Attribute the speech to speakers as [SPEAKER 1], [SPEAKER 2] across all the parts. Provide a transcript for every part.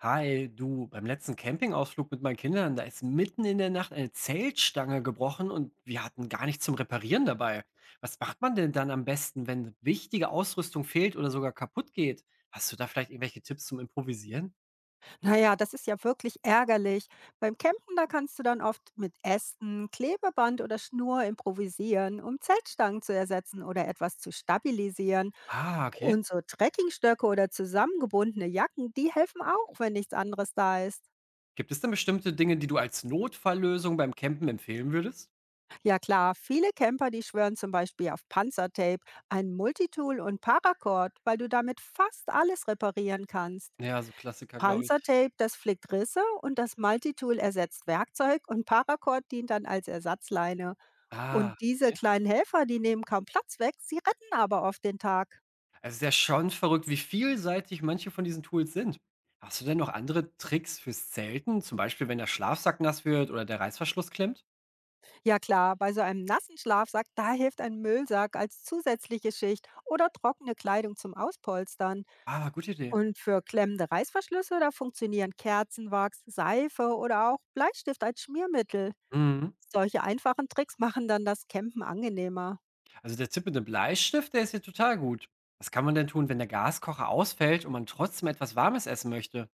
[SPEAKER 1] Hi, du, beim letzten Campingausflug mit meinen Kindern, da ist mitten in der Nacht eine Zeltstange gebrochen und wir hatten gar nichts zum Reparieren dabei. Was macht man denn dann am besten, wenn wichtige Ausrüstung fehlt oder sogar kaputt geht? Hast du da vielleicht irgendwelche Tipps zum Improvisieren?
[SPEAKER 2] Na ja, das ist ja wirklich ärgerlich. Beim Campen, da kannst du dann oft mit Ästen, Klebeband oder Schnur improvisieren, um Zeltstangen zu ersetzen oder etwas zu stabilisieren.
[SPEAKER 1] Ah, okay.
[SPEAKER 2] Und so Trekkingstöcke oder zusammengebundene Jacken, die helfen auch, wenn nichts anderes da ist.
[SPEAKER 1] Gibt es denn bestimmte Dinge, die du als Notfalllösung beim Campen empfehlen würdest?
[SPEAKER 2] Ja klar, viele Camper, die schwören zum Beispiel auf Panzertape, ein Multitool und Paracord, weil du damit fast alles reparieren kannst.
[SPEAKER 1] Ja, so Klassiker, glaube ich.
[SPEAKER 2] Panzertape, das flickt Risse und das Multitool ersetzt Werkzeug und Paracord dient dann als Ersatzleine.
[SPEAKER 1] Ah,
[SPEAKER 2] Und diese
[SPEAKER 1] okay.
[SPEAKER 2] kleinen Helfer, die nehmen kaum Platz weg, sie retten aber oft den Tag.
[SPEAKER 1] Also ist ja schon verrückt, wie vielseitig manche von diesen Tools sind. Hast du denn noch andere Tricks fürs Zelten? Zum Beispiel, wenn der Schlafsack nass wird oder der Reißverschluss klemmt?
[SPEAKER 2] Ja klar, bei so einem nassen Schlafsack, da hilft ein Müllsack als zusätzliche Schicht oder trockene Kleidung zum Auspolstern.
[SPEAKER 1] Ah, gute Idee.
[SPEAKER 2] Und für klemmende Reißverschlüsse, da funktionieren Kerzenwachs, Seife oder auch Bleistift als Schmiermittel.
[SPEAKER 1] Mhm.
[SPEAKER 2] Solche einfachen Tricks machen dann das Campen angenehmer.
[SPEAKER 1] Also der Tipp mit dem Bleistift, der ist hier total gut. Was kann man denn tun, wenn der Gaskocher ausfällt und man trotzdem etwas Warmes essen möchte?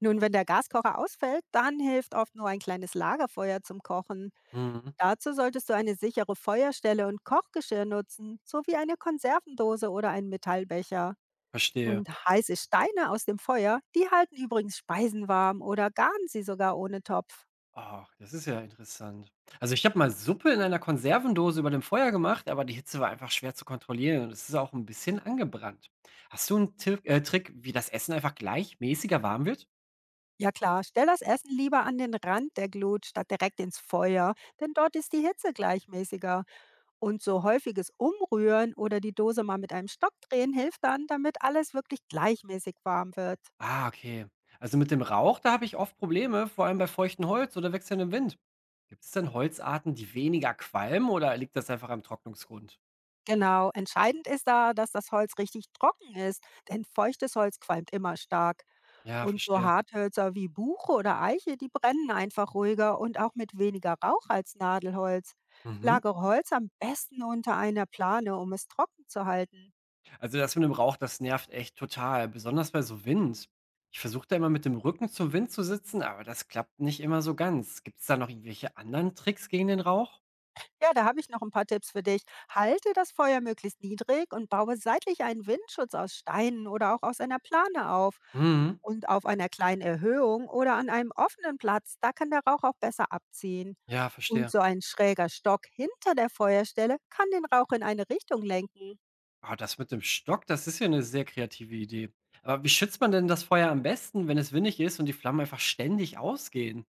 [SPEAKER 2] Nun, wenn der Gaskocher ausfällt, dann hilft oft nur ein kleines Lagerfeuer zum Kochen.
[SPEAKER 1] Mhm.
[SPEAKER 2] Dazu solltest du eine sichere Feuerstelle und Kochgeschirr nutzen, sowie eine Konservendose oder einen Metallbecher.
[SPEAKER 1] Verstehe.
[SPEAKER 2] Und heiße Steine aus dem Feuer, die halten übrigens Speisen warm oder garen sie sogar ohne Topf.
[SPEAKER 1] Ach, das ist ja interessant. Also, ich habe mal Suppe in einer Konservendose über dem Feuer gemacht, aber die Hitze war einfach schwer zu kontrollieren und es ist auch ein bisschen angebrannt. Hast du einen Tipp, Trick, wie das Essen einfach gleichmäßiger warm wird?
[SPEAKER 2] Ja klar, stell das Essen lieber an den Rand der Glut statt direkt ins Feuer, denn dort ist die Hitze gleichmäßiger. Und so häufiges Umrühren oder die Dose mal mit einem Stock drehen hilft dann, damit alles wirklich gleichmäßig warm wird.
[SPEAKER 1] Ah, okay. Also, mit dem Rauch, da habe ich oft Probleme, vor allem bei feuchtem Holz oder wechselndem Wind. Gibt es denn Holzarten, die weniger qualmen oder liegt das einfach am Trocknungsgrund?
[SPEAKER 2] Genau, entscheidend ist da, dass das Holz richtig trocken ist, denn feuchtes Holz qualmt immer stark.
[SPEAKER 1] Ja,
[SPEAKER 2] Und so
[SPEAKER 1] verstehe.
[SPEAKER 2] Harthölzer wie Buche oder Eiche, die brennen einfach ruhiger und auch mit weniger Rauch als Nadelholz.
[SPEAKER 1] Mhm.
[SPEAKER 2] Lagere Holz am besten unter einer Plane, um es trocken zu halten.
[SPEAKER 1] Also das mit dem Rauch, das nervt echt total, besonders bei so Wind. Ich versuche da immer mit dem Rücken zum Wind zu sitzen, aber das klappt nicht immer so ganz. Gibt es da noch irgendwelche anderen Tricks gegen den Rauch?
[SPEAKER 2] Ja, da habe ich noch ein paar Tipps für dich. Halte das Feuer möglichst niedrig und baue seitlich einen Windschutz aus Steinen oder auch aus einer Plane auf.
[SPEAKER 1] Mhm.
[SPEAKER 2] Und auf einer kleinen Erhöhung oder an einem offenen Platz, da kann der Rauch auch besser abziehen.
[SPEAKER 1] Ja,
[SPEAKER 2] Und
[SPEAKER 1] verstehe.
[SPEAKER 2] so ein schräger Stock hinter der Feuerstelle kann den Rauch in eine Richtung lenken.
[SPEAKER 1] Ah, das mit dem Stock, das ist ja eine sehr kreative Idee. Aber wie schützt man denn das Feuer am besten, wenn es windig ist und die Flammen einfach ständig ausgehen?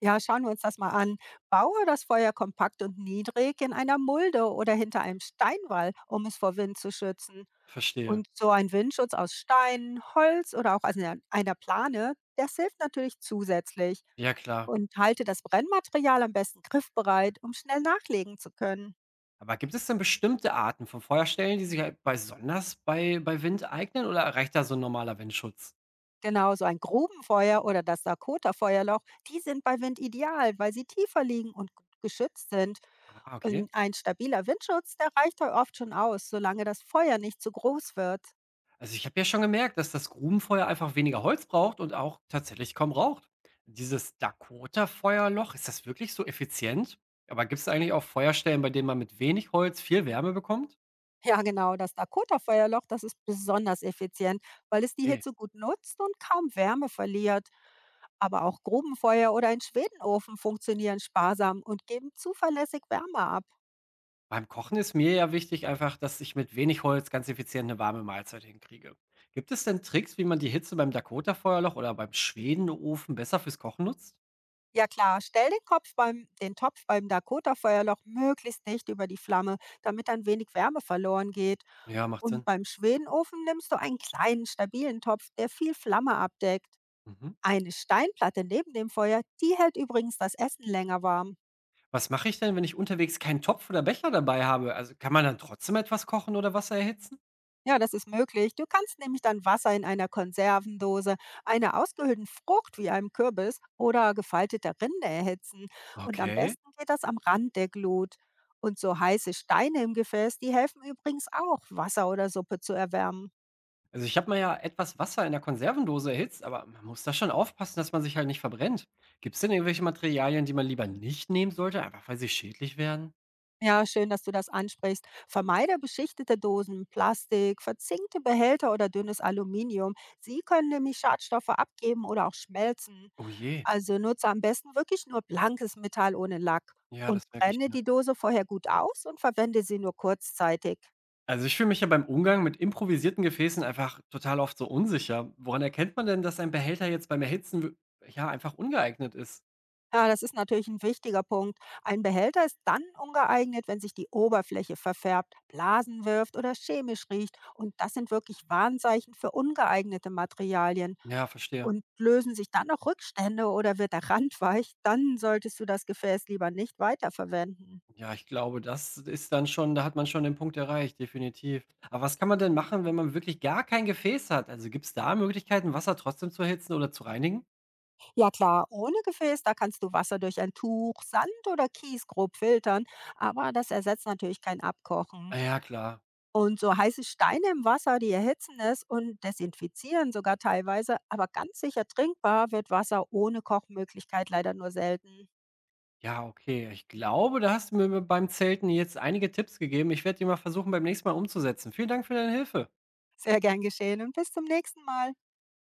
[SPEAKER 2] Ja, schauen wir uns das mal an. Baue das Feuer kompakt und niedrig in einer Mulde oder hinter einem Steinwall, um es vor Wind zu schützen.
[SPEAKER 1] Verstehe.
[SPEAKER 2] Und so ein Windschutz aus Stein, Holz oder auch aus einer Plane, das hilft natürlich zusätzlich.
[SPEAKER 1] Ja, klar.
[SPEAKER 2] Und halte das Brennmaterial am besten griffbereit, um schnell nachlegen zu können.
[SPEAKER 1] Aber gibt es denn bestimmte Arten von Feuerstellen, die sich halt besonders bei Wind eignen oder reicht da so ein normaler Windschutz?
[SPEAKER 2] Genau, so ein Grubenfeuer oder das Dakota Feuerloch, die sind bei Wind ideal, weil sie tiefer liegen und geschützt sind.
[SPEAKER 1] Ah, okay.
[SPEAKER 2] Und ein stabiler Windschutz, der reicht da oft schon aus, solange das Feuer nicht zu groß wird.
[SPEAKER 1] Also, ich habe ja schon gemerkt, dass das Grubenfeuer einfach weniger Holz braucht und auch tatsächlich kaum raucht. Dieses Dakota-Feuerloch, ist das wirklich so effizient? Aber gibt es eigentlich auch Feuerstellen, bei denen man mit wenig Holz viel Wärme bekommt?
[SPEAKER 2] Ja, genau, das Dakota-Feuerloch, das ist besonders effizient, weil es die
[SPEAKER 1] Okay.
[SPEAKER 2] Hitze gut nutzt und kaum Wärme verliert. Aber auch Grubenfeuer oder ein Schwedenofen funktionieren sparsam und geben zuverlässig Wärme ab.
[SPEAKER 1] Beim Kochen ist mir ja wichtig einfach, dass ich mit wenig Holz ganz effizient eine warme Mahlzeit hinkriege. Gibt es denn Tricks, wie man die Hitze beim Dakota-Feuerloch oder beim Schwedenofen besser fürs Kochen nutzt?
[SPEAKER 2] Ja klar, stell den Kopf beim, den Topf beim Dakota-Feuerloch möglichst nicht über die Flamme, damit ein wenig Wärme verloren geht.
[SPEAKER 1] Ja, macht
[SPEAKER 2] Und
[SPEAKER 1] Sinn.
[SPEAKER 2] beim Schwedenofen nimmst du einen kleinen, stabilen Topf, der viel Flamme abdeckt.
[SPEAKER 1] Mhm.
[SPEAKER 2] Eine Steinplatte neben dem Feuer, die hält übrigens das Essen länger warm.
[SPEAKER 1] Was mache ich denn, wenn ich unterwegs keinen Topf oder Becher dabei habe? Also kann man dann trotzdem etwas kochen oder Wasser erhitzen?
[SPEAKER 2] Ja, das ist möglich. Du kannst nämlich dann Wasser in einer Konservendose, einer ausgehöhlten Frucht wie einem Kürbis oder gefalteter Rinde erhitzen. Und am
[SPEAKER 1] Okay.
[SPEAKER 2] besten geht das am Rand der Glut. Und so heiße Steine im Gefäß, die helfen übrigens auch, Wasser oder Suppe zu erwärmen.
[SPEAKER 1] Also ich habe mal ja etwas Wasser in der Konservendose erhitzt, aber man muss da schon aufpassen, dass man sich halt nicht verbrennt. Gibt es denn irgendwelche Materialien, die man lieber nicht nehmen sollte, einfach weil sie schädlich wären?
[SPEAKER 2] Ja, schön, dass du das ansprichst. Vermeide beschichtete Dosen, Plastik, verzinkte Behälter oder dünnes Aluminium. Sie können nämlich Schadstoffe abgeben oder auch schmelzen.
[SPEAKER 1] Oh je.
[SPEAKER 2] Also nutze am besten wirklich nur blankes Metall ohne Lack
[SPEAKER 1] Ja,
[SPEAKER 2] und
[SPEAKER 1] das merke ich
[SPEAKER 2] brenne
[SPEAKER 1] mir.
[SPEAKER 2] die Dose vorher gut aus und verwende sie nur kurzzeitig.
[SPEAKER 1] Also ich fühle mich ja beim Umgang mit improvisierten Gefäßen einfach total oft so unsicher. Woran erkennt man denn, dass ein Behälter jetzt beim Erhitzen ja einfach ungeeignet ist?
[SPEAKER 2] Ja, das ist natürlich ein wichtiger Punkt. Ein Behälter ist dann ungeeignet, wenn sich die Oberfläche verfärbt, Blasen wirft oder chemisch riecht. Und das sind wirklich Warnzeichen für ungeeignete Materialien.
[SPEAKER 1] Ja, verstehe.
[SPEAKER 2] Und lösen sich dann noch Rückstände oder wird der Rand weich, dann solltest du das Gefäß lieber nicht weiterverwenden.
[SPEAKER 1] Ja, ich glaube, das ist dann schon, da hat man schon den Punkt erreicht, definitiv. Aber was kann man denn machen, wenn man wirklich gar kein Gefäß hat? Also, gibt es da Möglichkeiten, Wasser trotzdem zu erhitzen oder zu reinigen?
[SPEAKER 2] Ja klar, ohne Gefäß, da kannst du Wasser durch ein Tuch, Sand oder Kies grob filtern, aber das ersetzt natürlich kein Abkochen.
[SPEAKER 1] Ah ja, klar.
[SPEAKER 2] Und so heiße Steine im Wasser, die erhitzen es und desinfizieren sogar teilweise, aber ganz sicher trinkbar wird Wasser ohne Kochmöglichkeit leider nur selten.
[SPEAKER 1] Ja, okay. Ich glaube, da hast du mir beim Zelten jetzt einige Tipps gegeben. Ich werde die mal versuchen, beim nächsten Mal umzusetzen. Vielen Dank für deine Hilfe.
[SPEAKER 2] Sehr gern geschehen und bis zum nächsten Mal.